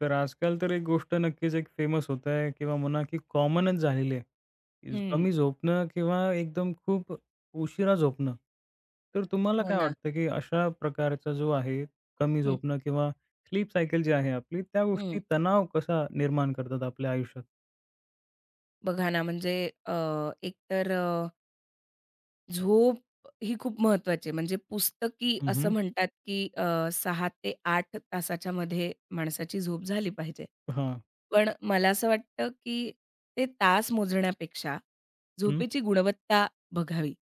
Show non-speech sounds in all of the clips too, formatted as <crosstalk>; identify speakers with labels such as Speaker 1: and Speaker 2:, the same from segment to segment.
Speaker 1: तर आजकाल तर एक गोष्ट नक्कीच एक फेमस होत आहे किंवा म्हणा की कॉमनच झालेली आहे, की
Speaker 2: हं,
Speaker 1: कमी झोपणं किंवा एकदम खूप उशिरा झोपणं. तर तुम्हाला
Speaker 2: हो
Speaker 1: काय
Speaker 2: ना.
Speaker 1: वाटतं, की अशा प्रकारचा जो आहे कमी
Speaker 2: हं,
Speaker 1: झोपणं किंवा स्लीप सायकल जी आहे आपली, त्या गोष्टी
Speaker 2: हं.
Speaker 1: तणाव कसा निर्माण करतात आपल्या आयुष्यात?
Speaker 2: बघा ना, म्हणजे अ, एकतर झोप ही खूप महत्त्वाची आहे. म्हणजे पुस्तकी
Speaker 1: हं,
Speaker 2: असं
Speaker 1: हं.
Speaker 2: म्हणतात, की 6 ते 8 तासाच्या मध्ये माणसाची झोप झाली पाहिजे.
Speaker 1: हां.
Speaker 2: पण मला असं वाटतं, की ते तास मोजण्यापेक्षा झोपेची गुणवत्ता बघावी,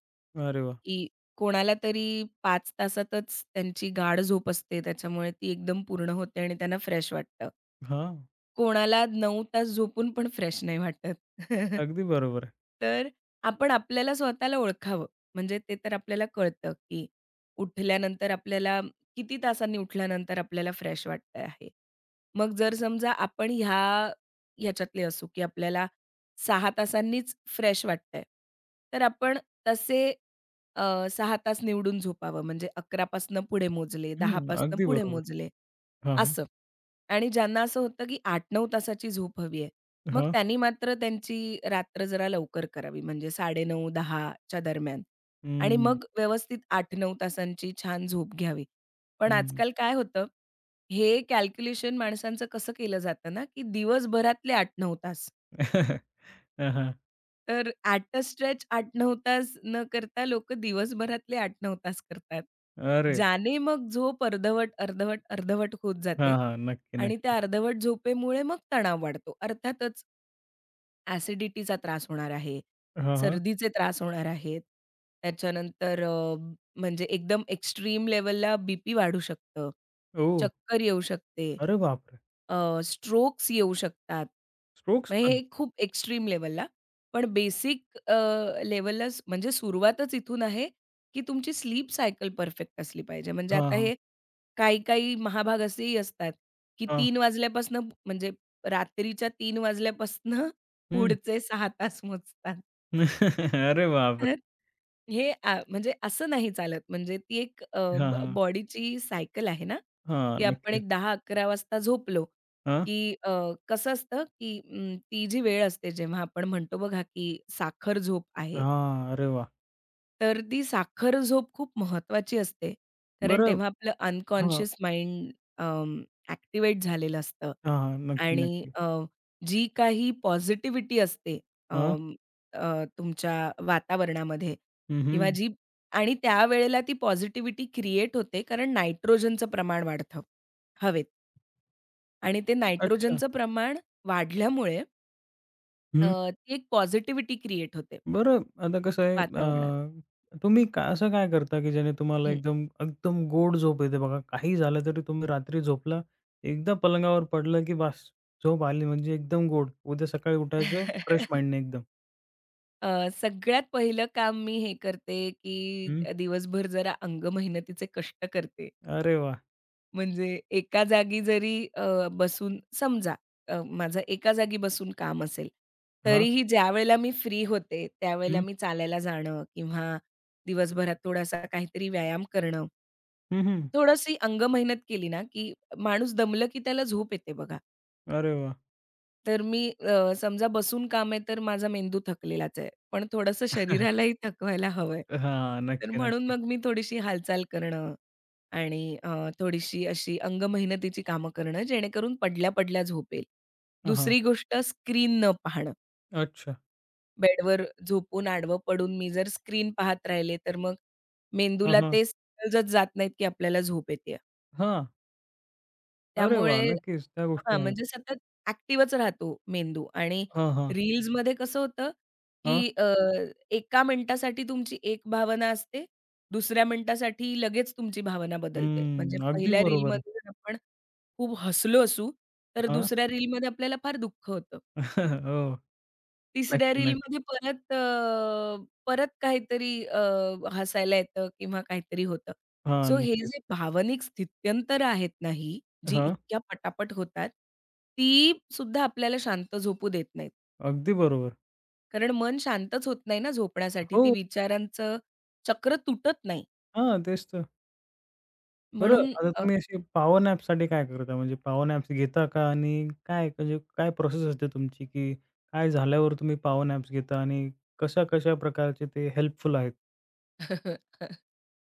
Speaker 1: अरे वाह!
Speaker 2: की कोणाला तरी 5 तासातच त्यांची गाढ झोप असते. त्याच्यामुळे ती एकदम पूर्ण होते आणि त्यांना फ्रेश वाटतं.
Speaker 1: हां,
Speaker 2: कोणाला 9 तास झोपून पण फ्रेश नाही वाटत. <laughs>
Speaker 1: अगदी बरोबर आहे.
Speaker 2: तर आपण आपल्याला स्वतःला ओळखावं. म्हणजे ते तर आपल्याला कळतं, की उठल्यानंतर आपल्याला किती तासांनी उठल्यानंतर आपल्याला फ्रेश वाटतं आहे. मग जर समजा आपण ह्याच्यातले असू, की आपल्याला 6 तासांनीच फ्रेश वाटतंय, तर आपण तसे 6 तास निवडून झोपावं. म्हणजे 11 पुढे मोजले, 10
Speaker 1: हं, अगदी
Speaker 2: पुढे
Speaker 1: बरोबर.
Speaker 2: मोजले.
Speaker 1: हां, हां.
Speaker 2: असं. आणि ज्यांना असं होतं, की 8-9 तासाची झोप हवी आहे. मग
Speaker 1: हां.
Speaker 2: त्यांनी मात्र त्यांची रात्र जरा लवकर करावी म्हणजे 9:30-10:00 च्या दरम्यान आणि
Speaker 1: हं, हं.
Speaker 2: मग व्यवस्थित 8-9 तासांची छान झोप घ्यावी. पण आजकाल काय होतं, हे कॅल्क्युलेशन माणसांचं कसं केलं जातं ना, की दिवसभरातले 8-9 तास.
Speaker 1: हां, हां. <laughs>
Speaker 2: तर ॲट अ स्ट्रेच 8-9 तास न करता लोकं दिवसभरातले 8-9 तास करतात.
Speaker 1: अरे!
Speaker 2: ज्याने मग झोप अर्धवट, अर्धवट, अर्धवट होत
Speaker 1: हां,
Speaker 2: जाते
Speaker 1: हां. नक्की,
Speaker 2: आणि
Speaker 1: नक्की.
Speaker 2: त्या अर्धवट झोपेमुळे मग तणाव वाढतो. अर्थातच ॲसिडिटीचा त्रास होणार आहे,
Speaker 1: हां, हां.
Speaker 2: सर्दीचे त्रास होणार आहेत. त्याच्यानंतर म्हणजे एकदम एक्स्ट्रीम लेव्हलला बी वाढू शकतं,
Speaker 1: ओह!
Speaker 2: चक्कर येऊ शकते.
Speaker 1: अरे बापरे!
Speaker 2: स्ट्रोक्स येऊ शकतात.
Speaker 1: स्ट्रोक्स
Speaker 2: मग
Speaker 1: पण?
Speaker 2: हे खूप एक्स्ट्रीम लेव्हलला. पण बेसिक लेव्हलला म्हणजे सुरुवातच इथून आहे, की तुमची स्लीप सायकल परफेक्ट असली पाहिजे. म्हणजे
Speaker 1: हां,
Speaker 2: आता
Speaker 1: हां.
Speaker 2: हे काही-काही महाभाग असेही असतात, की
Speaker 1: हां.
Speaker 2: 3 वाजल्यापासून म्हणजे रात्रीच्या 3 वाजल्यापासून
Speaker 1: हं.
Speaker 2: पुढचे 6 तास मोजतात.
Speaker 1: <laughs> अरे बापरे!
Speaker 2: हे आ म्हणजे असं नाही चालत. म्हणजे ती एक
Speaker 1: हां, हां.
Speaker 2: बॉडीची सायकल आहे ना,
Speaker 1: हां,
Speaker 2: की आपण
Speaker 1: नक्की.
Speaker 2: एक 10-11 वाजता झोपलो,
Speaker 1: हां.
Speaker 2: की कसं असतं, की ती जी वेळ असते जेव्हा आपण म्हणतो बघा, की साखर झोप आहे.
Speaker 1: हां, अरे वाह!
Speaker 2: तर ती साखर झोप खूप महत्त्वाची असते. कारण
Speaker 1: बरं
Speaker 2: तेव्हा आपलं
Speaker 1: हां, हां,
Speaker 2: अनकॉन्शियस माइंड अं, ॲक्टिव्हेट झालेलं असतं
Speaker 1: हां. नक्की,
Speaker 2: आणि
Speaker 1: नक्की.
Speaker 2: जी काही पॉझिटिव्हिटी असते
Speaker 1: हां.
Speaker 2: अं, तुमच्या वातावरणामध्ये
Speaker 1: हं,
Speaker 2: किंवा
Speaker 1: हं.
Speaker 2: जी आणि त्यावेळेला ती पॉझिटिव्हिटी क्रिएट होते कारण नायट्रोजनचं प्रमाण वाढतं हवेत आणि ते
Speaker 1: अच्छा.
Speaker 2: नायट्रोजनचं प्रमाण वाढल्यामुळे
Speaker 1: हं.
Speaker 2: ती एक पॉझिटिव्हिटी क्रिएट होते
Speaker 1: बरं आता कसं आहे
Speaker 2: वातावरणात.
Speaker 1: तुम्ही का असं काय करता की ज्याने तुम्हाला
Speaker 2: हं.
Speaker 1: एकदम, एकदम गोड झोप येते बघा? काही झालं तरी तुम्ही रात्री झोपला, एकदा पलंगावर पडलं की बास झोप आली म्हणजे एकदम गोड. उद्या सकाळी उठायचं फ्रेश
Speaker 2: <laughs>
Speaker 1: माइंडने एकदम.
Speaker 2: सगळ्यात पहिलं काम मी हे करते, की
Speaker 1: हं.
Speaker 2: दिवसभर जरा अंगमेहनतीचे कष्ट करते.
Speaker 1: अरे वाह!
Speaker 2: म्हणजे एका जागी जरी बसून समजा माझं एका जागी बसून काम असेल,
Speaker 1: हां.
Speaker 2: तरीही ज्यावेळेला मी फ्री होते, त्यावेळेला
Speaker 1: हं.
Speaker 2: मी चालायला जाणं किंवा दिवसभरात थोडासा काहीतरी व्यायाम करणं.
Speaker 1: हं, हं.
Speaker 2: थोडीशी अंगमेहनत केली ना, की माणूस दमलं की त्याला झोप येते बघा.
Speaker 1: अरे वाह!
Speaker 2: तर मी समजा बसून काम आहे तर माझा मेंदू थकलेलाच आहे. पण थोडंसं
Speaker 1: <laughs>
Speaker 2: शरीरालाही थकवायला हवंय.
Speaker 1: हां,
Speaker 2: तर
Speaker 1: नक्की,
Speaker 2: म्हणून
Speaker 1: नक्की.
Speaker 2: मग मी थोडीशी हालचाल करणं आणि थोडीशी अशी अंगमेहनतीची कामं करणं जेणेकरून पडल्या-पडल्या झोपेल.
Speaker 1: हां, हां.
Speaker 2: दुसरी गोष्ट स्क्रीन न पाहणं.
Speaker 1: अच्छा.
Speaker 2: बेडवर झोपून आडवं पडून मी जर स्क्रीन पाहत राहिले तर मग
Speaker 1: हां,
Speaker 2: मेंदूला
Speaker 1: हां.
Speaker 2: ते समजत जात नाहीत की आपल्याला झोप येतेय.
Speaker 1: हां. अरे वाह!
Speaker 2: त्यामुळे
Speaker 1: नक्कीच त्या
Speaker 2: हां,
Speaker 1: गोष्टी आहेत.
Speaker 2: म्हणजे सतत ॲक्टिव्हच राहतो मेंदू आणि
Speaker 1: हां, हां.
Speaker 2: रील्स रील्समध्ये कसं होतं,
Speaker 1: हां.
Speaker 2: की एका मिनिटासाठी तुमची एक भावना असते, दुसऱ्या मिनिटासाठी लगेच तुमची भावना बदलते. म्हणजे
Speaker 1: हं. अगदी
Speaker 2: पहिल्या
Speaker 1: बरोबर.
Speaker 2: रीलमध्ये जर आपण खूप हसलो असू, तर
Speaker 1: हां.
Speaker 2: दुसऱ्या रीलमध्ये आपल्याला फार दुःख होतं.
Speaker 1: <laughs> हो.
Speaker 2: तिसऱ्या
Speaker 1: नक्की, नक्की.
Speaker 2: रीलमध्ये परत परत काहीतरी हसायला येतं किंवा काहीतरी होतं.
Speaker 1: हां,
Speaker 2: सो हे
Speaker 1: नक्कीच.
Speaker 2: जे भावनिक स्थित्यंतर आहेत ना ही, जी
Speaker 1: हां.
Speaker 2: इतक्या पटापट होतात, ती सुद्धा आपल्याला शांत झोपू देत नाहीत.
Speaker 1: अगदी बरोबर.
Speaker 2: कारण मन शांतच होत नाही ना झोपण्यासाठी. ती
Speaker 1: हो.
Speaker 2: विचारांचं चक्र तुटत नाही.
Speaker 1: हां, तेच तर. बरं
Speaker 2: म्हणून
Speaker 1: आता तुम्ही अशी पॉवर नॅपसाठी काय करता? म्हणजे पॉवर नॅप्स घेता का? आणि काय म्हणजे काय प्रोसेस असते तुमची, की काय झाल्यावर तुम्ही पॉवर नॅप्स घेता आणि कशा-कशा प्रकारचे ते हेल्पफुल आहेत?
Speaker 2: <laughs>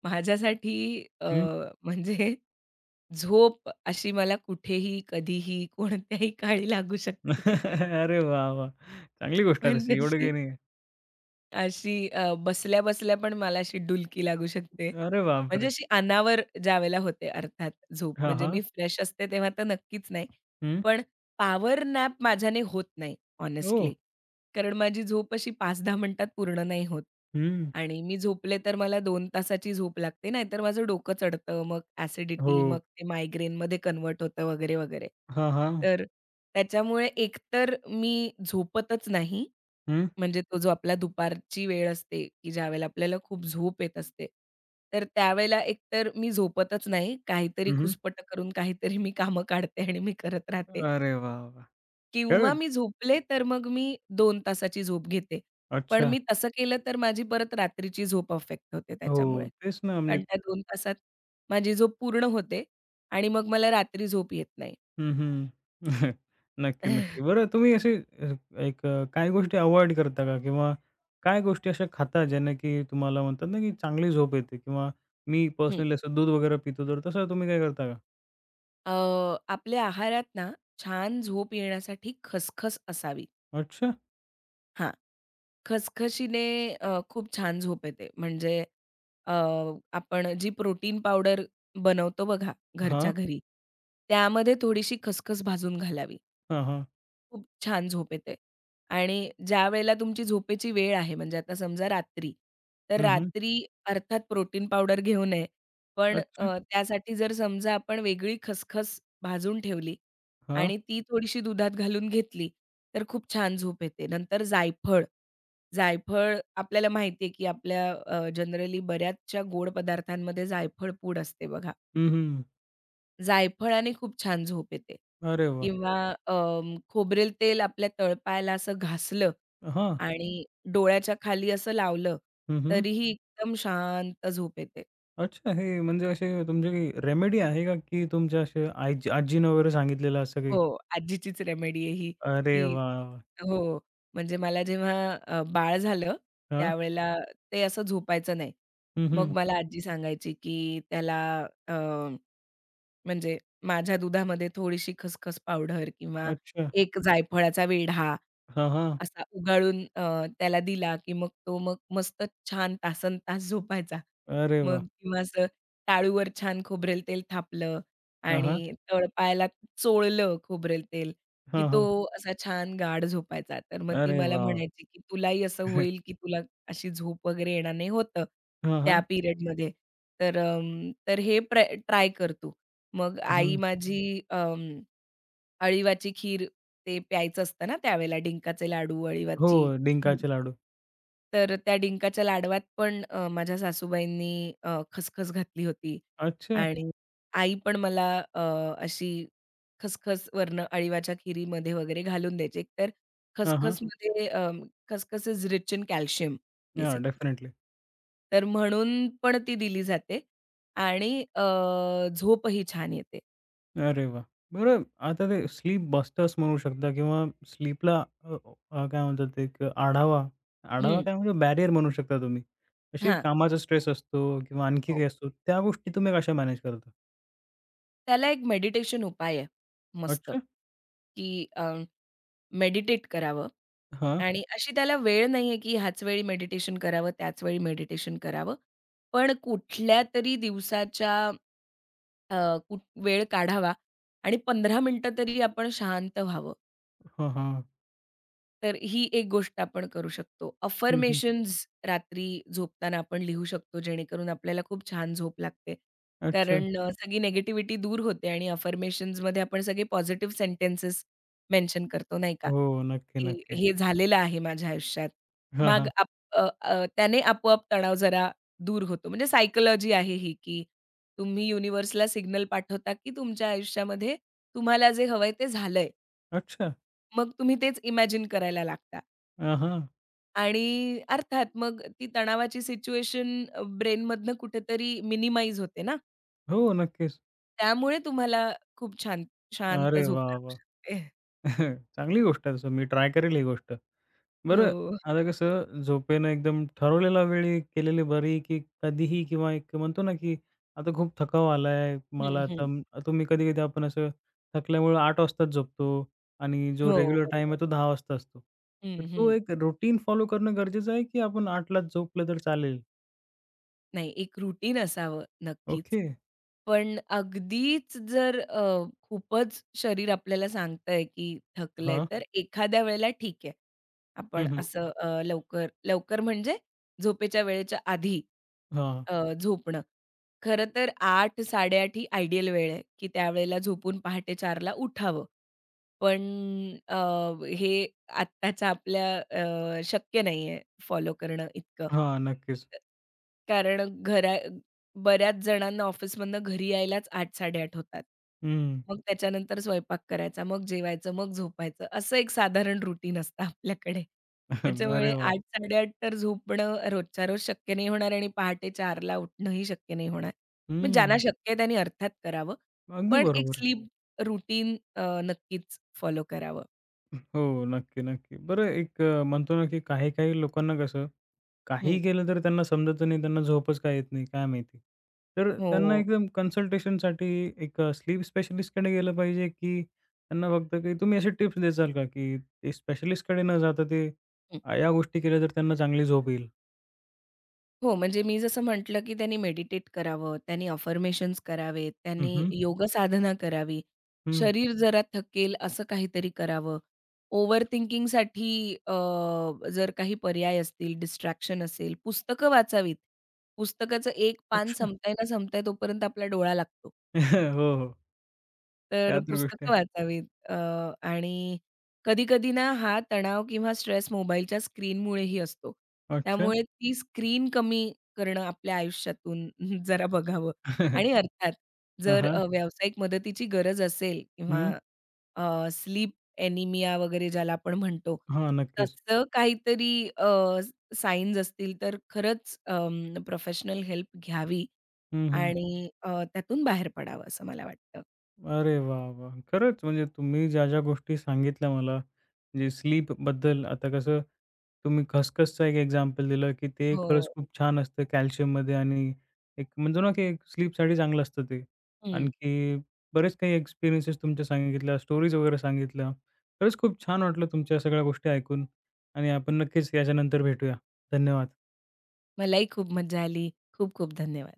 Speaker 2: माझ्यासाठी अ, म्हणजे झोप अशी मला कुठेही, कधीही, कोणत्याही काळी लागू
Speaker 1: <laughs>
Speaker 2: शकते. <laughs>
Speaker 1: अरे वाह, वाह! चांगली गोष्ट आहे तशी, एवढं
Speaker 2: म्हणजे
Speaker 1: काही नाही आहे.
Speaker 2: अशी बसल्या-बसल्या पण मला अशी डुलकी लागू शकते.
Speaker 1: अरे
Speaker 2: म्हणजे
Speaker 1: बापरे!
Speaker 2: अशी अनावर ज्यावेळेला होते अर्थात झोप.
Speaker 1: हां,
Speaker 2: म्हणजे
Speaker 1: हां.
Speaker 2: मी फ्रेश असते तेव्हा तर नक्कीच नाही.
Speaker 1: हं.
Speaker 2: पण पॉवर नॅप माझ्याने होत नाही
Speaker 1: ओह!
Speaker 2: हॉनेस्टली. कारण माझी झोप अशी 5-10 मिनिटात पूर्ण नाही होत.
Speaker 1: हं.
Speaker 2: आणि मी झोपले तर मला 2 तासाची झोप लागते. नाहीतर माझं डोकं चढतं. मग
Speaker 1: हो.
Speaker 2: ॲसिडिटी, मग ते मायग्रेनमध्ये कन्व्हर्ट होतं वगैरे, वगैरे.
Speaker 1: हां, हां.
Speaker 2: तर त्याच्यामुळे एकतर मी झोपतच नाही.
Speaker 1: हं.
Speaker 2: म्हणजे तो जो आपला दुपारची वेळ असते, की ज्यावेळेला आपल्याला खूप झोप येत असते. तर त्यावेळेला एकतर मी झोपतच नाही. काहीतरी
Speaker 1: हं,
Speaker 2: खुसपट करून काहीतरी मी कामं काढते आणि मी करत राहते
Speaker 1: अरे वाह, वाह!
Speaker 2: किंवा
Speaker 1: खरंच?
Speaker 2: मी झोपले तर मग मी 2 तासाची झोप घेते. पण
Speaker 1: अच्छा.
Speaker 2: मी तसं केलं तर माझी परत रात्रीची झोप अफेक्ट होते
Speaker 1: हो,
Speaker 2: त्याच्यामुळे.
Speaker 1: तेच ना म्हणजे
Speaker 2: कारण त्या 2 तासात माझी झोप पूर्ण होते आणि मग मला रात्री झोप येत नाही.
Speaker 1: हं, हं. <laughs> नक्की, नक्की.
Speaker 2: <clears throat> <laughs>
Speaker 1: बरं तुम्ही असे काही गोष्टी अव्हॉइड करता का? किंवा काय गोष्टी अशा खाता ज्याने की तुम्हाला म्हणतात ना, की चांगली झोप येते? किंवा मी
Speaker 2: हं.
Speaker 1: पर्सनली असं दूध वगैरे पितो, तर तसं तुम्ही काय करता का?
Speaker 2: अ, आपल्या आहारात ना छान झोप येण्यासाठी खसखस असावी.
Speaker 1: अच्छा.
Speaker 2: हां. खसखशीने खूप छान झोप येते. म्हणजे अ, आपण जी प्रोटीन पावडर बनवतो बघा
Speaker 1: हां.
Speaker 2: घरच्या घरी, त्यामध्ये थोडीशी खसखस भाजून घालावी.
Speaker 1: हां, हां.
Speaker 2: खूप छान झोप येते. आणि ज्यावेळेला तुमची झोपेची वेळ आहे, म्हणजे आता समजा रात्री, तर
Speaker 1: हं, हं.
Speaker 2: रात्री अर्थात प्रोटीन पावडर घेऊ नये. पण
Speaker 1: अच्छा.
Speaker 2: त्यासाठी जर समजा आपण वेगळी खसखस भाजून ठेवली
Speaker 1: हां.
Speaker 2: आणि ती थोडीशी दुधात घालून घेतली, तर खूप छान झोप येते. नंतर जायफळ जायफळ आपल्याला माहिती की आपल्या जनरली बऱ्याचशा गोड पदार्थांमध्ये जायफळ पूड असते बघा.
Speaker 1: हं, हं.
Speaker 2: जायफळाने खूप छान झोप येते
Speaker 1: अरे वाह!
Speaker 2: किंवा खोबरेल तेल आपल्या तळपायाला असं घासलं
Speaker 1: हां.
Speaker 2: आणि डोळ्याच्या खाली असं लावलं,
Speaker 1: हं, हं.
Speaker 2: तरीही एकदम शांत झोप येते.
Speaker 1: अच्छा हे म्हणजे असे तुमचे काही रेमेडी आहे का, की तुमच्या असे आजी आजीनं वगैरे सांगितलेलं असं काही?
Speaker 2: हो, आजीचीच रेमेडी आहे ही,
Speaker 1: अरे
Speaker 2: की
Speaker 1: वाह! वाह!
Speaker 2: हो, म्हणजे मला जेव्हा बाळ झालं,
Speaker 1: हां.
Speaker 2: त्यावेळेला ते असं झोपायचं नाही.
Speaker 1: हं,
Speaker 2: मग
Speaker 1: हं.
Speaker 2: मला आजी सांगायची, की त्याला अ, म्हणजे माझ्या दुधामध्ये थोडीशी खसखस पावडर किंवा
Speaker 1: अच्छा.
Speaker 2: एक जायफळाचा वेढा
Speaker 1: हां, हां.
Speaker 2: असा उगाळून त्याला दिला, की मग तो मग मस्त छान तासनतास झोपायचा.
Speaker 1: अरे वाह!
Speaker 2: मग किंवा असं टाळूवर छान खोबरेल तेल थापलं
Speaker 1: हां, हां.
Speaker 2: आणि तळपायाला चोळलं खोबरेल तेल, की
Speaker 1: हां,
Speaker 2: तो
Speaker 1: हां.
Speaker 2: असा छान गाढ झोपायचा. तर मग ती
Speaker 1: अरे
Speaker 2: मला
Speaker 1: वाह!
Speaker 2: म्हणायची, की "तुलाही असं होईल,
Speaker 1: <laughs>
Speaker 2: की तुला अशी झोप वगैरे येणार नाही." होतं
Speaker 1: वाह! हां,
Speaker 2: त्या
Speaker 1: हां.
Speaker 2: पिरियडमध्ये. तर हे ट्राय कर तू. मग आई
Speaker 1: हं.
Speaker 2: माझी अळीवाची खीर ते प्यायचं असतं ना त्यावेळेला डिंकाचे लाडू,
Speaker 1: हो,
Speaker 2: अळीवाची खीर.
Speaker 1: डिंकाचे लाडू.
Speaker 2: तर त्या डिंकाच्या लाडवात पण माझ्या सासूबाईंनी खसखस घातली होती
Speaker 1: अच्छा.
Speaker 2: आणि आई पण मला अ, अशी खसखस वरनं अळीवाच्या खिरीमध्ये वगैरे घालून द्यायची. एकतर
Speaker 1: हां, हां.
Speaker 2: खसखसमध्ये अ, खसखस इज रिच इन कॅल्शियम
Speaker 1: हां,
Speaker 2: बेसिकली.
Speaker 1: डेफिनिटली.
Speaker 2: तर म्हणून पण ती दिली जाते आणि झोपही छान येते.
Speaker 1: अरे वाह! बरं आता ते स्लीप बस्टर्स म्हणू शकता किंवा स्लीपला अ, अ, काय म्हणतात ते एक आढावा, आढावा
Speaker 2: हं.
Speaker 1: काय म्हणजे बॅरियर म्हणू शकता तुम्ही. अशी
Speaker 2: हां.
Speaker 1: कामाचा स्ट्रेस असतो किंवा आणखी काही असतो, त्या गोष्टी तुम्ही कशा मॅनेज करता?
Speaker 2: त्याला एक मेडिटेशन उपाय आहे मस्त,
Speaker 1: अच्छा.
Speaker 2: की मेडिटेट करावं
Speaker 1: हां.
Speaker 2: आणि अशी त्याला वेळ नाहीये, की ह्याच वेळी मेडिटेशन करावं, त्याच वेळी मेडिटेशन करावं. पण कुठल्यातरी दिवसाच्या अ, कु वेळ काढावा आणि 15 मिनिटं तरी आपण शांत व्हावं.
Speaker 1: हां, हां.
Speaker 2: तर ही एक गोष्ट आपण करू शकतो.
Speaker 1: हं, हं.
Speaker 2: अफर्मेशन्स रात्री झोपताना आपण लिहू शकतो, जेणेकरून आपल्याला खूप छान झोप लागते.
Speaker 1: अच्छा.
Speaker 2: कारण सगळी निगेटिव्हिटी दूर होते आणि अफर्मेशन्समध्ये आपण सगळे पॉझिटिव्ह सेंटेन्सेस मेन्शन करतो, नाही का?
Speaker 1: हो. नक्की,
Speaker 2: की
Speaker 1: नक्की.
Speaker 2: हे झालेलं आहे माझ्या आयुष्यात.
Speaker 1: हां,
Speaker 2: मग
Speaker 1: हां.
Speaker 2: त्याने आपोआप तणाव जरा दूर होतो. म्हणजे सायकॉलॉजी आहे ही, की तुम्ही युनिव्हर्सला सिग्नल पाठवता, की तुमच्या आयुष्यामध्ये तुम्हाला जे हवंय ते झालंय.
Speaker 1: अच्छा.
Speaker 2: मग तुम्ही तेच इमॅजिन करायला लागता.
Speaker 1: हां, हां.
Speaker 2: आणि अर्थात मग ती तणावाची सिच्युएशन ब्रेनमधनं कुठेतरी मिनिमाइज होते ना,
Speaker 1: हो, नक्कीच.
Speaker 2: त्यामुळे तुम्हाला खूप छान शांत
Speaker 1: अरे
Speaker 2: झोप
Speaker 1: वाह,
Speaker 2: लागू
Speaker 1: वाह!
Speaker 2: शकते.
Speaker 1: <laughs> चांगली गोष्ट आहे तसं. मी ट्राय करेल ही गोष्ट. बरं,
Speaker 2: हो.
Speaker 1: आता कसं झोपेनं एकदम ठरवलेल्या वेळी केलेली बरी, की कधीही किंवा एक म्हणतो ना, की आता खूप थकावा आलाय मला
Speaker 2: हं,
Speaker 1: आता
Speaker 2: हं.
Speaker 1: तुम्ही कधी-कधी आपण असं थकल्यामुळं 8 वाजताच झोपतो आणि जो
Speaker 2: हो,
Speaker 1: रेग्युलर टाइम
Speaker 2: बरोबर.
Speaker 1: आहे तो 10 वाजता असतो. तर
Speaker 2: हं,
Speaker 1: तो
Speaker 2: हं.
Speaker 1: एक रुटीन फॉलो करणं गरजेचं आहे, की आपण 8लाच झोपलं तर चालेल?
Speaker 2: नाही एक रूटीन असावं नक्कीच.
Speaker 1: ओके.
Speaker 2: पण अगदीच जर खूपच शरीर आपल्याला सांगतंय की थकलंय,
Speaker 1: हां.
Speaker 2: तर एखाद्या वेळेला ठीक आहे. आपण
Speaker 1: हं, हं.
Speaker 2: असं लवकर लवकर म्हणजे झोपेच्या वेळेच्या आधी
Speaker 1: हां.
Speaker 2: झोपणं. खरं तर 8-8:30 ही आयडियल वेळ आहे, की त्यावेळेला झोपून पहाटे 4ला उठावं. पण अ, हे आत्ताच्या आपल्या शक्य नाहीये फॉलो करणं इतकं.
Speaker 1: हां, नक्कीच.
Speaker 2: कारण बऱ्याच जणांना ऑफिसमधनं घरी यायलाच 8:00-8:30 होतात.
Speaker 1: हं.
Speaker 2: मग त्याच्यानंतर स्वयंपाक करायचा, मग जेवायचं, मग झोपायचं असं एक साधारण रुटीन असतं आपल्याकडे.
Speaker 1: <laughs>
Speaker 2: त्याच्यामुळे
Speaker 1: अरे वाह!
Speaker 2: 8:00-8:30 तर झोपणं रोजच्या रोज शक्य नाही होणार आणि पहाटे 4:00ला उठणंही शक्य नाही होणार. मग ज्यांना
Speaker 1: हं.
Speaker 2: शक्य आहे त्यांनी अर्थात करावं.
Speaker 1: अगदी
Speaker 2: पण एक
Speaker 1: बरोबर आहे.
Speaker 2: स्लीप रुटीन नक्कीच फॉलो करावं.
Speaker 1: हो, नक्की, नक्की. बरं म्हणतो ना, की काही-काही लोकांना कसं
Speaker 2: हं.
Speaker 1: काहीही केलं तर त्यांना समजत नाही, त्यांना झोपच का येत नाही, काय माहिती? तर त्यांना
Speaker 2: हो.
Speaker 1: एकदम कन्सल्टेशनसाठी स्लीप स्पेशलिस्टकडे गेलं पाहिजे, की त्यांना फक्त की तुम्ही असे टिप्स द्याल का, की ते स्पेशलिस्टकडे न जाता ते
Speaker 2: हं.
Speaker 1: या गोष्टी केल्या तर त्यांना चांगली झोप येईल?
Speaker 2: हो, म्हणजे मी जसं म्हटलं, की त्यांनी मेडिटेट करावं, त्यांनी अफर्मेशन्स करावेत,
Speaker 1: हं,
Speaker 2: त्यांनी
Speaker 1: हं.
Speaker 2: योग साधना करावी,
Speaker 1: हं.
Speaker 2: शरीर जरा थकेल असं काहीतरी करावं. ओव्हर थिंकिंगसाठी अ, जर काही पर्याय असतील, डिस्ट्रॅक्शन असेल, पुस्तकं वाचावीत. पुस्तकाचं एक पान
Speaker 1: अच्छा.
Speaker 2: संपताय ना संपताय तोपर्यंत आपला डोळा लागतो.
Speaker 1: <laughs> हो, हो.
Speaker 2: तर
Speaker 1: त्या तर गोष्टी
Speaker 2: पुस्तकं
Speaker 1: आहे.
Speaker 2: वाचावीत. आणि कधी-कधी ना हा तणाव किंवा स्ट्रेस मोबाईलच्या स्क्रीनमुळेही असतो.
Speaker 1: अच्छा.
Speaker 2: त्यामुळे ती स्क्रीन कमी करणं आपल्या आयुष्यातून <laughs> जरा बघावं.
Speaker 1: <laughs>
Speaker 2: आणि अर्थात
Speaker 1: हां,
Speaker 2: जर
Speaker 1: हां.
Speaker 2: व्यावसायिक मदतीची गरज असेल किंवा
Speaker 1: हं.
Speaker 2: स्लीप एनिमिया वगैरे ज्याला आपण म्हणतो,
Speaker 1: हां, नक्कीच.
Speaker 2: तसं काहीतरी असतील तर खरंच प्रोफेशनल हेल्प घ्यावी
Speaker 1: हं, हं.
Speaker 2: आणि त्यातून बाहेर पडावं असं मला वाटतं.
Speaker 1: अरे वाह! वाह! खरंच म्हणजे तुम्ही ज्या, ज्या गोष्टी सांगितल्या मला, म्हणजे स्लीपबद्दल आता कसं तुम्ही खसखसचं एक एक्झाम्पल दिलं, की ते खरंच
Speaker 2: हो.
Speaker 1: खूप छान असतं कॅल्शियममध्ये आणि एक म्हणतो ना, की स्लीपसाठी चांगलं असतं ते.
Speaker 2: हं.
Speaker 1: आणखी बरेच काही एक्सपिरियन्सेस तुमच्या सांगितल्या, स्टोरीज वगैरे सांगितल्या. खरंच खूप छान वाटलं तुमच्या सगळ्या गोष्टी ऐकून आणि आपण नक्कीच याच्यानंतर भेटूया. धन्यवाद.
Speaker 2: मलाही खूप मज्जा आली. खूप खूप धन्यवाद.